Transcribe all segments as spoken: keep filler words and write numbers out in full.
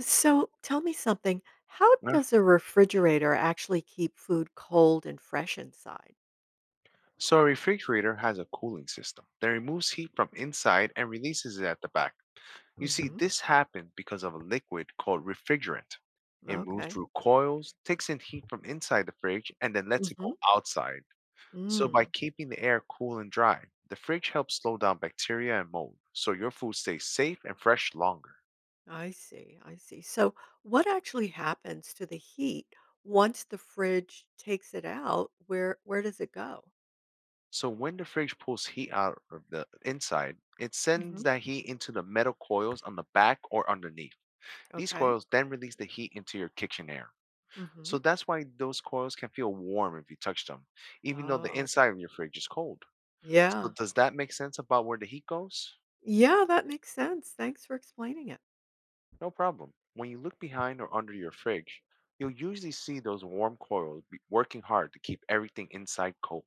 So tell me something. How Yeah. does a refrigerator actually keep food cold and fresh inside? So a refrigerator has a cooling system that removes heat from inside and releases it at the back. You see, Hmm. this happened because of a liquid called refrigerant. It moves Okay. through coils, takes in heat from inside the fridge, and then lets it Hmm. go outside. So by Mm, keeping the air cool and dry, the fridge helps slow down bacteria and mold, so your food stays safe and fresh longer. I see. I see. So what actually happens to the heat once the fridge takes it out? Where where does it go? So when the fridge pulls heat out of the inside, it sends Hmm. that heat into the metal coils on the back or underneath. These Okay. coils then release the heat into your kitchen air. So Hmm. that's why those coils can feel warm if you touch them, even though the Oh, inside of your fridge is cold. So yeah. does that make sense about where the heat goes? Yeah, that makes sense. Thanks for explaining it. No problem. When you look behind or under your fridge, you'll usually see those warm coils be- working hard to keep everything inside cold.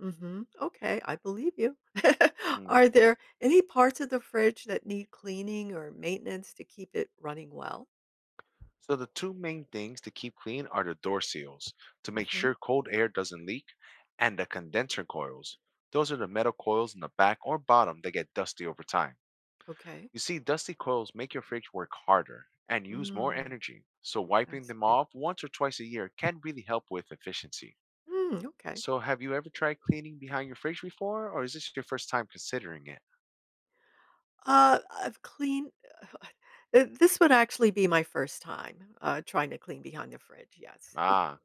Mhm. Okay, I believe you. Mm. Are there any parts of the fridge that need cleaning or maintenance to keep it running well? So the two main things to keep clean are the door seals to make Mhm. sure cold air doesn't leak, and the condenser coils. Those are the metal coils in the back or bottom that get dusty over time. Okay. You see, dusty coils make your fridge work harder and use more Mm, energy, so I wiping them see. off once or twice a year can really help with efficiency. Mm, okay. So, have you ever tried cleaning behind your fridge before, or is this your first time considering it? Uh, I've cleaned uh, this would actually be my first time, uh, trying to clean behind the fridge, yes. Ah,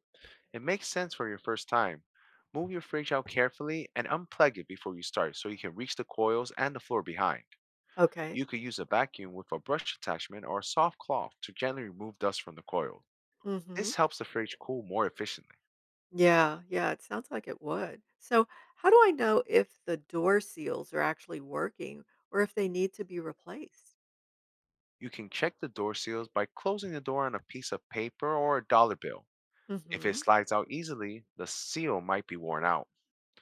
it makes sense for your first time. Move your fridge out carefully and unplug it before you start so you can reach the coils and the floor behind. Okay. You could use a vacuum with a brush attachment or a soft cloth to gently remove dust from the coil. Mhm. This helps the fridge cool more efficiently. Yeah, yeah, it sounds like it would. So, how do I know if the door seals are actually working or if they need to be replaced? You can check the door seals by closing the door on a piece of paper or a dollar bill. If it Mhm. slides out easily, the seal might be worn out.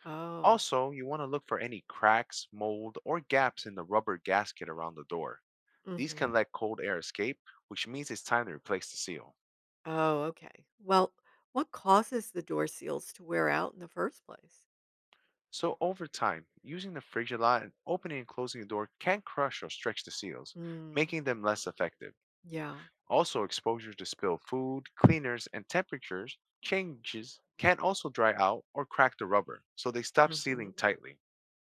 Oh. Also, you want to look for any cracks, mold, or gaps in the rubber gasket around the door. These can Mhm. let cold air escape, which means it's time to replace the seal. Oh, okay. Well, what causes the door seals to wear out in the first place? So, over time, using the fridge a lot and opening and closing the door can crush or stretch the seals, Mm, making them less effective. yeah. Also, exposure to spilled food, cleaners, and temperatures changes can also dry out or crack the rubber, so they stop sealing Mhm. tightly.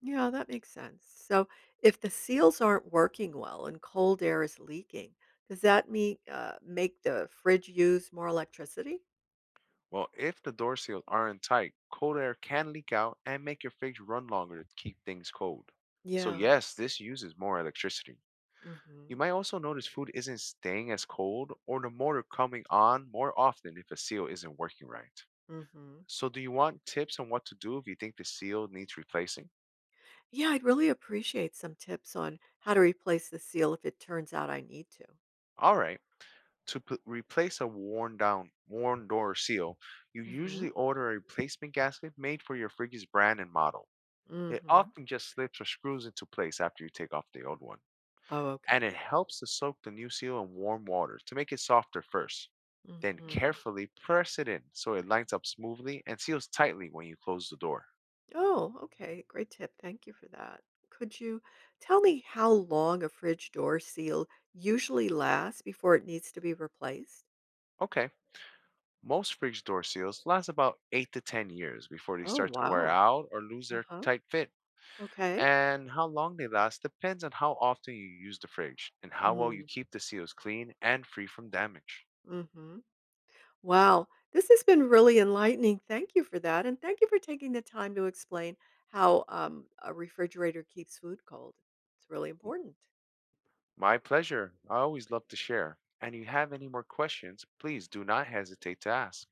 Yeah, that makes sense. So, if the seals aren't working well and cold air is leaking, does that mean uh, make the fridge use more electricity? Well, if the door seals aren't tight, cold air can leak out and make your fridge run longer to keep things cold. So, Yeah. yes, this uses more electricity. You Mhm. might also notice food isn't staying as cold or the motor coming on more often if a seal isn't working right. Mhm. So, do you want tips on what to do if you think the seal needs replacing? Yeah, I'd really appreciate some tips on how to replace the seal if it turns out I need to. All right. To p- replace a worn down, worn door seal, you Mhm. usually order a replacement gasket made for your fridge's brand and model. It Mhm. often just slips or screws into place after you take off the old one, Oh, and okay. it helps to soak the new seal in warm water to make it softer first. Then Mhm. carefully press it in so it lines up smoothly and seals tightly when you close the door. Oh, okay. Great tip. Thank you for that. Could you tell me how long a fridge door seal usually lasts before it needs to be replaced? Okay, most fridge door seals last about eight to ten years before they Oh, start to wear wow. out or lose their Uh-huh. tight fit. Okay. And how long they last depends on how often you use the fridge and how well you Mm, keep the seals clean and free from damage. mm-hmm. Wow. This has been really enlightening. Thank you for that. And thank you for taking the time to explain how um, a refrigerator keeps food cold. It's really important. My pleasure. I always love to share. And if you have any more questions, please do not hesitate to ask.